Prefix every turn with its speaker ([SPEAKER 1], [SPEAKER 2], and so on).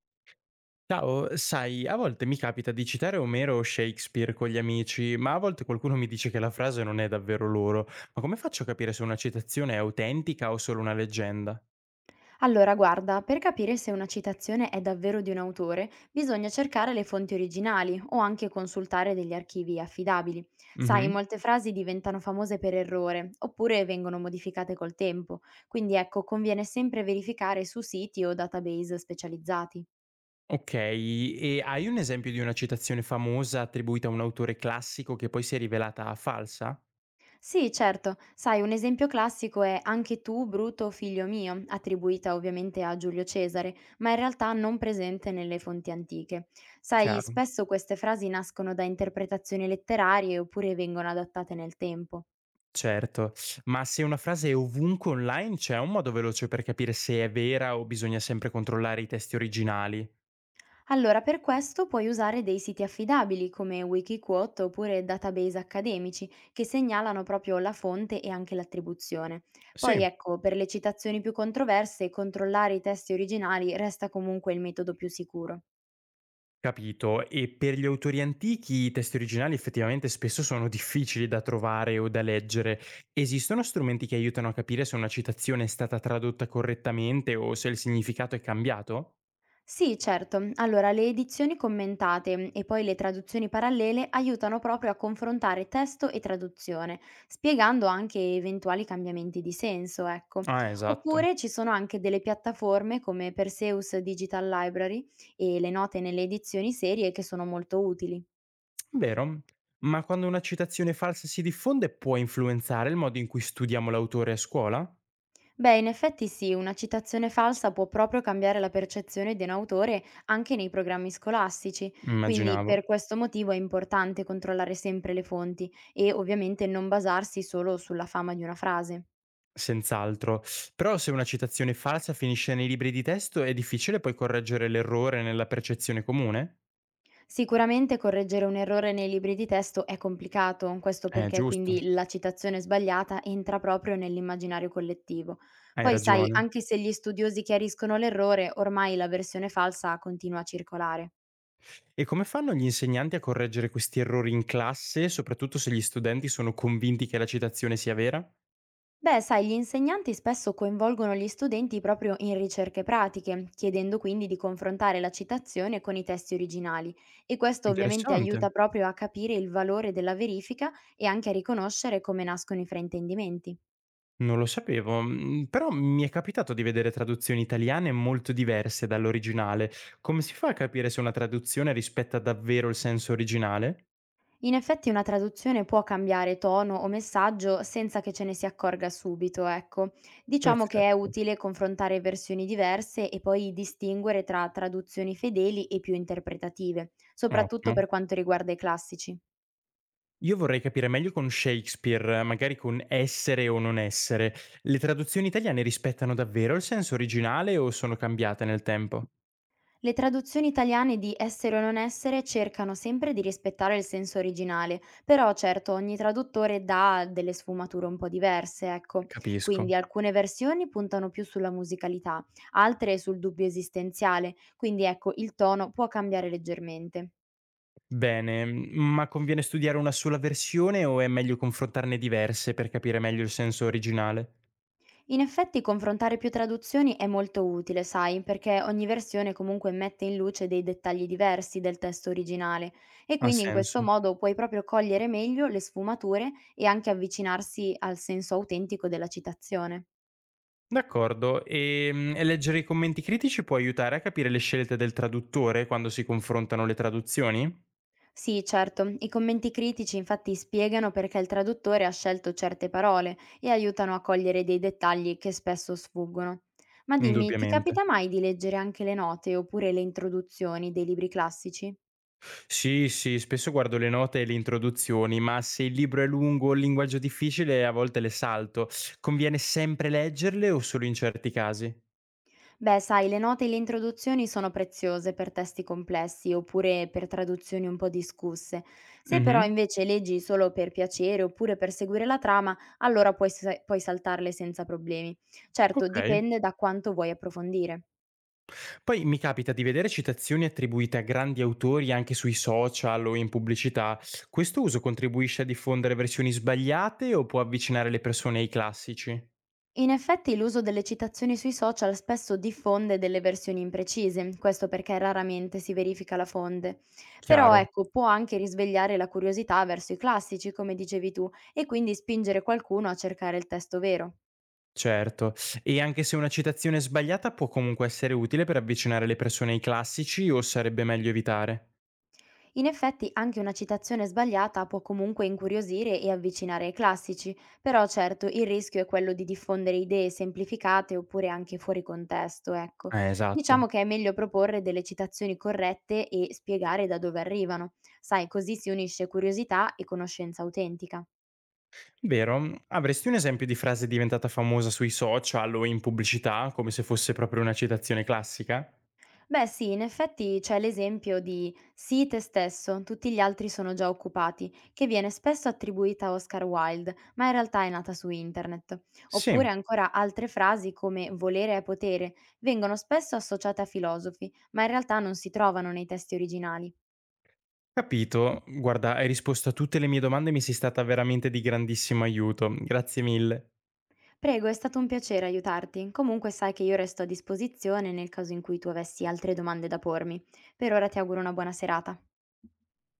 [SPEAKER 1] Ciao, sai, a volte mi capita di citare Omero o Shakespeare con gli amici, ma a volte qualcuno mi dice che la frase non è davvero loro. Ma come faccio a capire se una citazione è autentica o solo una leggenda?
[SPEAKER 2] Allora, guarda, per capire se una citazione è davvero di un autore, bisogna cercare le fonti originali o anche consultare degli archivi affidabili. Sai,
[SPEAKER 1] Mhm.
[SPEAKER 2] molte frasi diventano famose per errore, oppure vengono modificate col tempo, quindi ecco, conviene sempre verificare su siti o database specializzati.
[SPEAKER 1] Ok, e hai un esempio di una citazione famosa attribuita a un autore classico che poi si è rivelata falsa?
[SPEAKER 2] Sì, certo. Sai, un esempio classico è Anche tu, Bruto, figlio mio, attribuita ovviamente a Giulio Cesare, ma in realtà non presente nelle fonti antiche. Sai,
[SPEAKER 1] Chiaro.
[SPEAKER 2] spesso queste frasi nascono da interpretazioni letterarie oppure vengono adattate nel tempo.
[SPEAKER 1] Certo, ma se una frase è ovunque online c'è un modo veloce per capire se è vera o bisogna sempre controllare i testi originali?
[SPEAKER 2] Allora, per questo puoi usare dei siti affidabili come Wikiquote oppure database accademici che segnalano proprio la fonte e anche l'attribuzione.
[SPEAKER 1] Sì.
[SPEAKER 2] Poi ecco, per le citazioni più controverse, controllare i testi originali resta comunque il metodo più sicuro.
[SPEAKER 1] Capito. E per gli autori antichi i testi originali effettivamente spesso sono difficili da trovare o da leggere. Esistono strumenti che aiutano a capire se una citazione è stata tradotta correttamente o se il significato è cambiato?
[SPEAKER 2] Sì, certo. Allora, le edizioni commentate e poi le traduzioni parallele aiutano proprio a confrontare testo e traduzione, spiegando anche eventuali cambiamenti di senso, ecco.
[SPEAKER 1] Ah, esatto.
[SPEAKER 2] Oppure ci sono anche delle piattaforme come Perseus Digital Library e le note nelle edizioni serie che sono molto utili.
[SPEAKER 1] Vero. Ma quando una citazione falsa si diffonde può influenzare il modo in cui studiamo l'autore a scuola?
[SPEAKER 2] Beh, in effetti sì, una citazione falsa può proprio cambiare la percezione di un autore anche nei programmi scolastici, quindi
[SPEAKER 1] Immaginavo.
[SPEAKER 2] per questo motivo è importante controllare sempre le fonti e ovviamente non basarsi solo sulla fama di una frase.
[SPEAKER 1] Senz'altro. Però se una citazione falsa finisce nei libri di testo è difficile poi correggere l'errore nella percezione comune?
[SPEAKER 2] Sicuramente correggere un errore nei libri di testo è complicato, questo perché
[SPEAKER 1] Giusto.
[SPEAKER 2] quindi la citazione sbagliata entra proprio nell'immaginario collettivo.
[SPEAKER 1] Hai
[SPEAKER 2] Poi sai,
[SPEAKER 1] ragione.
[SPEAKER 2] anche se gli studiosi chiariscono l'errore, ormai la versione falsa continua a circolare.
[SPEAKER 1] E come fanno gli insegnanti a correggere questi errori in classe, soprattutto se gli studenti sono convinti che la citazione sia vera?
[SPEAKER 2] Beh, sai, gli insegnanti spesso coinvolgono gli studenti proprio in ricerche pratiche, chiedendo quindi di confrontare la citazione con i testi originali e questo ovviamente
[SPEAKER 1] Interessante.
[SPEAKER 2] aiuta proprio a capire il valore della verifica e anche a riconoscere come nascono i fraintendimenti.
[SPEAKER 1] Non lo sapevo, però mi è capitato di vedere traduzioni italiane molto diverse dall'originale. Come si fa a capire se una traduzione rispetta davvero il senso originale?
[SPEAKER 2] In effetti una traduzione può cambiare tono o messaggio senza che ce ne si accorga subito, ecco. Diciamo che è
[SPEAKER 1] Perfetto,
[SPEAKER 2] utile confrontare versioni diverse e poi distinguere tra traduzioni fedeli e più interpretative, soprattutto
[SPEAKER 1] ottimo.
[SPEAKER 2] per quanto riguarda i classici.
[SPEAKER 1] Io vorrei capire meglio con Shakespeare, magari con essere o non essere. Le traduzioni italiane rispettano davvero il senso originale o sono cambiate nel tempo?
[SPEAKER 2] Le traduzioni italiane di Essere o non essere cercano sempre di rispettare il senso originale, però certo ogni traduttore dà delle sfumature un po' diverse, ecco.
[SPEAKER 1] Capisco.
[SPEAKER 2] Quindi alcune versioni puntano più sulla musicalità, altre sul dubbio esistenziale, quindi ecco il tono può cambiare leggermente.
[SPEAKER 1] Bene, ma conviene studiare una sola versione o è meglio confrontarne diverse per capire meglio il senso originale?
[SPEAKER 2] In effetti confrontare più traduzioni è molto utile, sai, perché ogni versione comunque mette in luce dei dettagli diversi del testo originale e
[SPEAKER 1] Ha
[SPEAKER 2] quindi in questo
[SPEAKER 1] senso.
[SPEAKER 2] modo puoi proprio cogliere meglio le sfumature e anche avvicinarsi al senso autentico della citazione.
[SPEAKER 1] D'accordo, e leggere i commenti critici può aiutare a capire le scelte del traduttore quando si confrontano le traduzioni?
[SPEAKER 2] Sì, certo, i commenti critici infatti spiegano perché il traduttore ha scelto certe parole e aiutano a cogliere dei dettagli che spesso sfuggono. Ma dimmi, ti
[SPEAKER 1] Indubbiamente.
[SPEAKER 2] capita mai di leggere anche le note oppure le introduzioni dei libri classici?
[SPEAKER 1] Sì, sì, spesso guardo le note e le introduzioni, ma se il libro è lungo o il linguaggio difficile, a volte le salto. Conviene sempre leggerle o solo in certi casi?
[SPEAKER 2] Beh, sai, le note e le introduzioni sono preziose per testi complessi oppure per traduzioni un po' discusse. Se però
[SPEAKER 1] Mhm.
[SPEAKER 2] invece leggi solo per piacere oppure per seguire la trama, allora puoi saltarle senza problemi. Certo,
[SPEAKER 1] Ok.
[SPEAKER 2] dipende da quanto vuoi approfondire.
[SPEAKER 1] Poi mi capita di vedere citazioni attribuite a grandi autori anche sui social o in pubblicità. Questo uso contribuisce a diffondere versioni sbagliate o può avvicinare le persone ai classici?
[SPEAKER 2] In effetti l'uso delle citazioni sui social spesso diffonde delle versioni imprecise, questo perché raramente si verifica la fonte. Però
[SPEAKER 1] Chiaro,
[SPEAKER 2] ecco, può anche risvegliare la curiosità verso i classici, come dicevi tu, e quindi spingere qualcuno a cercare il testo vero.
[SPEAKER 1] certo. E anche se una citazione sbagliata può comunque essere utile per avvicinare le persone ai classici o sarebbe meglio evitare?
[SPEAKER 2] In effetti anche una citazione sbagliata può comunque incuriosire e avvicinare ai classici, però certo il rischio è quello di diffondere idee semplificate oppure anche fuori contesto, ecco. Diciamo
[SPEAKER 1] Esatto.
[SPEAKER 2] che è meglio proporre delle citazioni corrette e spiegare da dove arrivano. Sai, così si unisce curiosità e conoscenza autentica.
[SPEAKER 1] Vero? Avresti un esempio di frase diventata famosa sui social o in pubblicità, come se fosse proprio una citazione classica?
[SPEAKER 2] Beh sì, in effetti c'è l'esempio di "Sii te stesso, tutti gli altri sono già occupati", che viene spesso attribuita a Oscar Wilde, ma in realtà è nata su internet. Oppure
[SPEAKER 1] Sì.
[SPEAKER 2] ancora altre frasi come "volere è potere" vengono spesso associate a filosofi, ma in realtà non si trovano nei testi originali.
[SPEAKER 1] Capito. Guarda, hai risposto a tutte le mie domande e mi sei stata veramente di grandissimo aiuto. Grazie mille.
[SPEAKER 2] Prego, è stato un piacere aiutarti. Comunque sai che io resto a disposizione nel caso in cui tu avessi altre domande da pormi. Per ora ti auguro una buona serata.